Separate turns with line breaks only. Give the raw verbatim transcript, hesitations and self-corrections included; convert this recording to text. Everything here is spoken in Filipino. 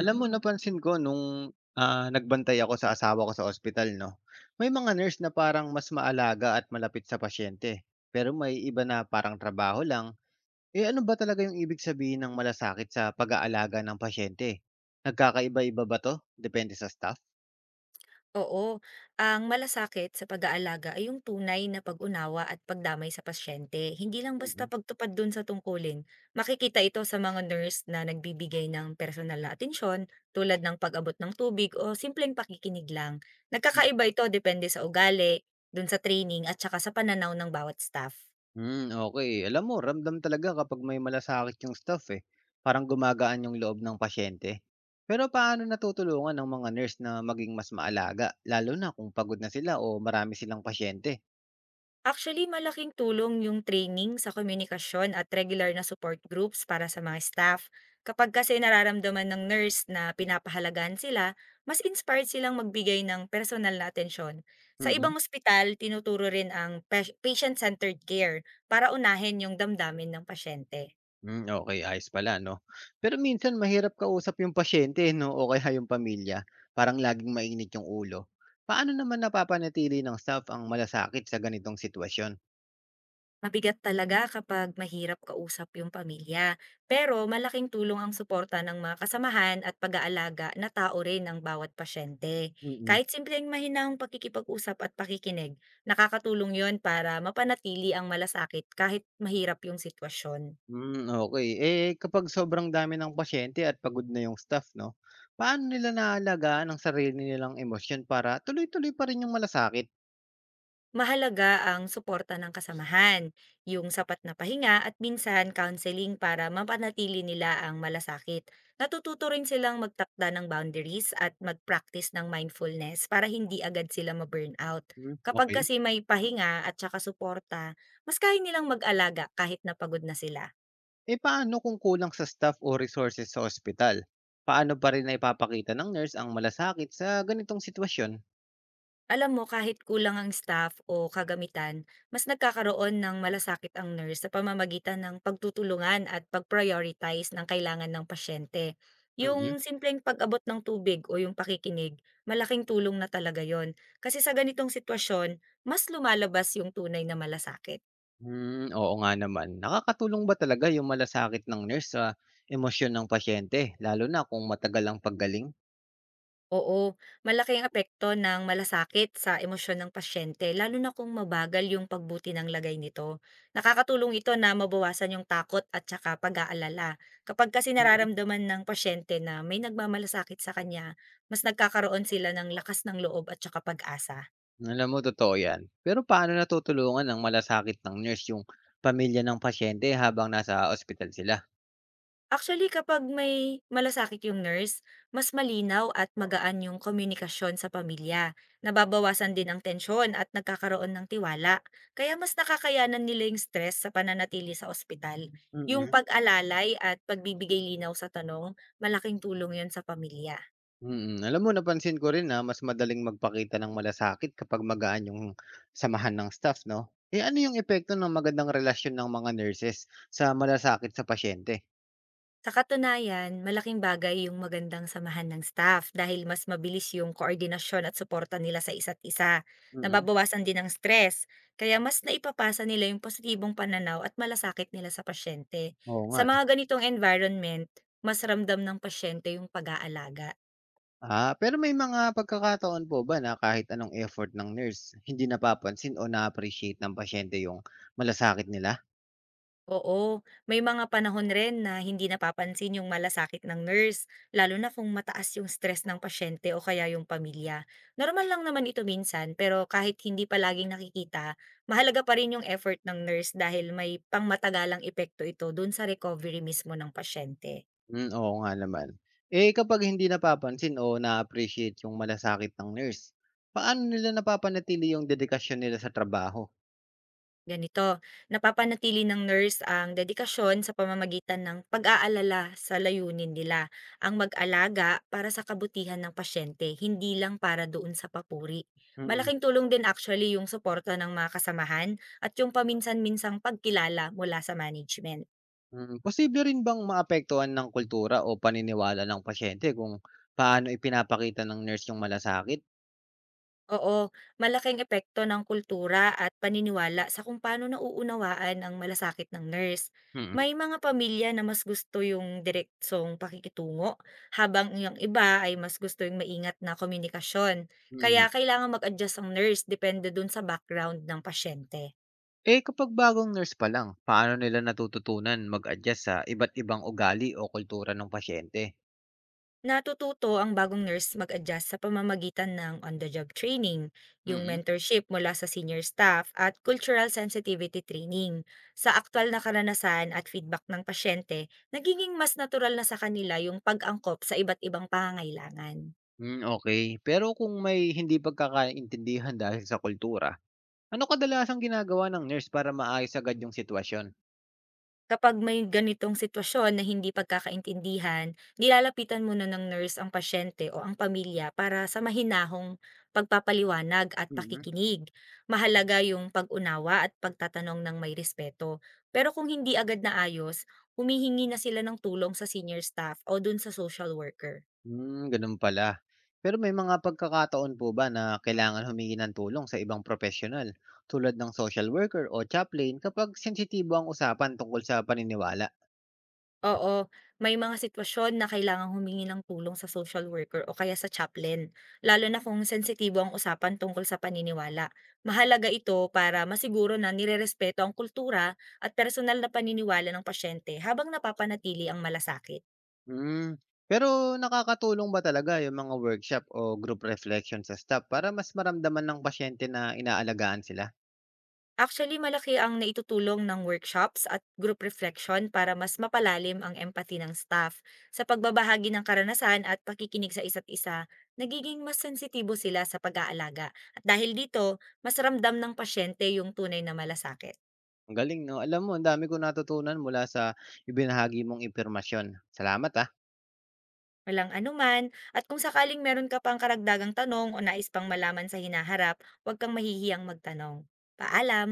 Alam mo napansin ko nung, ah, nagbantay ako sa asawa ko sa ospital 'no, may mga nurse na parang mas maalaga at malapit sa pasyente. Pero may iba na parang trabaho lang. Eh, ano ba talaga yung ibig sabihin ng malasakit sa pag-aalaga ng pasyente? Nagkakaiba-iba ba 'to depende sa staff?
Oo, ang malasakit sa pag-aalaga ay yung tunay na pag-unawa at pagdamay sa pasyente. Hindi lang basta
Mm.
pagtupad dun sa tungkulin. Makikita ito sa mga nurse na nagbibigay ng personal na atensyon tulad ng pag-abot ng tubig o simpleng pakikinig lang. Nagkakaiba ito depende sa ugali, dun sa training at saka sa pananaw ng bawat staff.
Hmm, okay. Alam mo ramdam talaga kapag may malasakit yung staff, eh. Parang gumagaan yung loob ng pasyente. Pero paano natutulungan ng mga nurse na maging mas maalaga, lalo na kung pagod na sila o marami silang pasyente?
Actually, malaking tulong yung training sa komunikasyon at regular na support groups para sa mga staff. Kapag kasi nararamdaman ng nurse na pinapahalagan sila, mas inspired silang magbigay ng personal na atensyon. Sa
Mm-mm.
ibang
Mm.
ospital, tinuturo rin ang pa- patient-centered care para unahin yung damdamin ng pasyente.
Hmm, okay, ayos pala 'no. Pero minsan mahirap kausap yung pasyente 'no o kaya yung pamilya, parang laging mainit yung ulo. Paano naman napapanatili ng staff ang malasakit sa ganitong sitwasyon?
Mabigat talaga kapag mahirap kausap yung pamilya. Pero malaking tulong ang suporta ng mga kasamahan at pag-aalaga na tao rin ng bawat pasyente.
Mm.
Kahit simpleng mahinahong pakikipag-usap at pakikinig, nakakatulong yon para mapanatili ang malasakit kahit mahirap yung sitwasyon.
Hmm, okey. Eh, kapag sobrang dami ng pasyente at pagod na yung staff 'no, paano nila naalagaan ang sarili nilang emosyon para tuloy-tuloy pa rin yung malasakit?
Mahalaga ang suporta ng kasamahan, yung sapat na pahinga at minsan counseling para mapanatili nila ang malasakit. Natututo rin silang magtakda ng boundaries at mag-practice ng mindfulness para hindi agad sila ma-burnout.
Hmm,
Kapag
okay.
kasi may pahinga at saka suporta, mas kaya nilang mag-alaga kahit napagod na sila.
Eh, paano kung kulang sa staff o resources sa ospital? Paano pa rin naipapakita ng nurse ang malasakit sa ganitong sitwasyon?
Alam mo kahit kulang ang staff o kagamitan, mas nagkakaroon ng malasakit ang nurse sa pamamagitan ng pagtutulungan at pag-prioritize ng kailangan ng pasyente. Yung simpleng pag-abot ng tubig o yung pakikinig, malaking tulong na talaga yon. Kasi sa ganitong sitwasyon, mas lumalabas yung tunay na malasakit.
Hmm, oo nga naman. Nakakatulong ba talaga yung malasakit ng nurse sa emosyon ng pasyente, lalo na kung matagal ang paggaling?
Oo, malaki ang epekto ng malasakit sa emosyon ng pasyente, lalo na kung mabagal yung pagbuti ng lagay nito. Nakakatulong ito na mabawasan yung takot at saka pag-aalala. Kapag kasi
Mhm.
nararamdaman ng pasyente na may nagmamalasakit sa kanya, mas nagkakaroon sila ng lakas ng loob at saka pag-asa.
Alam mo, totoo yan. Pero paano natutulungan ng malasakit ng nurse yung pamilya ng pasyente habang nasa ospital sila?
Actually, kapag may malasakit yung nurse, mas malinaw at magaan yung komunikasyon sa pamilya. Nababawasan din ang tensyon at nagkakaroon ng tiwala. Kaya mas nakakayanan nila yung stress sa pananatili sa ospital. Yung
Mm.
pag-alalay at pagbibigay linaw sa tanong, malaking tulong yun sa pamilya.
Mm, alam mo napansin ko rin na mas madaling magpakita ng malasakit kapag magaan yung samahan ng staff 'no? Eh, ano yung epekto ng magandang relasyon ng mga nurses sa malasakit sa pasyente?
Sa katunayan, malaking bagay yung magandang samahan ng staff dahil mas mabilis yung koordinasyon at suporta nila sa isa't isa.
Mm,
Nababawasan din ang stress, kaya mas naipapasa nila yung positibong pananaw at malasakit nila sa pasyente.
oo
Sa
nga, eh.
mga ganitong environment, mas ramdam ng pasyente yung pag-aalaga.
Ah, pero may mga pagkakataon po ba na kahit anong effort ng nurse, hindi napapansin o na-appreciate ng pasyente yung malasakit nila?
Oo, may mga panahon rin na hindi napapansin yung malasakit ng nurse, lalo na kung mataas yung stress ng pasyente o kaya yung pamilya. Normal lang naman ito minsan, pero kahit hindi palaging nakikita, mahalaga pa rin yung effort ng nurse dahil may pangmatagalang epekto ito dun sa recovery mismo ng pasyente.
Hmm, oo nga naman. Eh, kapag hindi napapansin o na-appreciate yung malasakit ng nurse, paano nila napapanatili yung dedikasyon nila sa trabaho?
Ganito, napapanatili ng nurse ang dedikasyon sa pamamagitan ng pag-aalala sa layunin nila, ang mag-alaga para sa kabutihan ng pasyente, hindi lang para doon sa papuri.
Mm.
Malaking tulong din actually yung suporta ng mga kasamahan at yung paminsan-minsang pagkilala mula sa management.
Mm, posible rin bang maapektuhan ng kultura o paniniwala ng pasyente kung paano ipinapakita ng nurse yung malasakit?
Oo, malaking epekto ng kultura at paniniwala sa kung paano nauunawaan ang malasakit ng nurse.
Mm,
May mga pamilya na mas gusto yung direktsong pakikitungo, habang yung iba ay mas gusto yung maingat na komunikasyon.
mm.
Kaya kailangan mag-adjust ang nurse depende dun sa background ng pasyente.
Eh kapag bagong nurse pa lang, paano nila natututunan mag-adjust sa iba't ibang ugali o kultura ng pasyente?
Natututo ang bagong nurse mag-adjust sa pamamagitan ng on-the-job training, yung
Mm,
mentorship mula sa senior staff at cultural sensitivity training. Sa aktual na karanasan at feedback ng pasyente, nagiging mas natural na sa kanila yung pag-angkop sa iba't ibang pangangailangan.
hmm, okey. Pero kung may hindi pagkakaintindihan dahil sa kultura, ano kadalasang ginagawa ng nurse para maayos agad yung sitwasyon?
Kapag may ganitong sitwasyon na hindi pagkakaintindihan, nilalapitan muna ng nurse ang pasyente o ang pamilya para sa mahinahong pagpapaliwanag at
Mm.
pakikinig. Mahalaga yung pag-unawa at pagtatanong ng may respeto. Pero kung hindi agad na ayos, humihingi na sila ng tulong sa senior staff o dun sa social worker.
Hmm, gano'n pala. Pero may mga pagkakataon po ba na kailangan humingi ng tulong sa ibang profesional tulad ng social worker o chaplain kapag sensitibo ang usapan tungkol sa paniniwala?
Oo, may mga sitwasyon na kailangang humingi ng tulong sa social worker o kaya sa chaplain, lalo na kung sensitibo ang usapan tungkol sa paniniwala. Mahalaga ito para masiguro na nirerespeto ang kultura at personal na paniniwala ng pasyente habang napapanatili ang malasakit.
Hmm, pero nakakatulong ba talaga yung mga workshop o group reflection sa staff para mas maramdaman ng pasyente na inaalagaan sila?
Actually, malaki ang naitutulong ng workshops at group reflection para mas mapalalim ang empathy ng staff. Sa pagbabahagi ng karanasan at pakikinig sa isa't isa, nagiging mas sensitibo sila sa pag-aalaga. At dahil dito, mas ramdam ng pasyente yung tunay na malasakit.
Ang galing, no? Alam mo, ang dami ko natutunan mula sa ibinahagi mong impormasyon. Salamat, ah.
Walang anuman, at kung sakaling meron ka pang karagdagang tanong o nais pang malaman sa hinaharap, huwag kang mahihiyang magtanong. Paalam!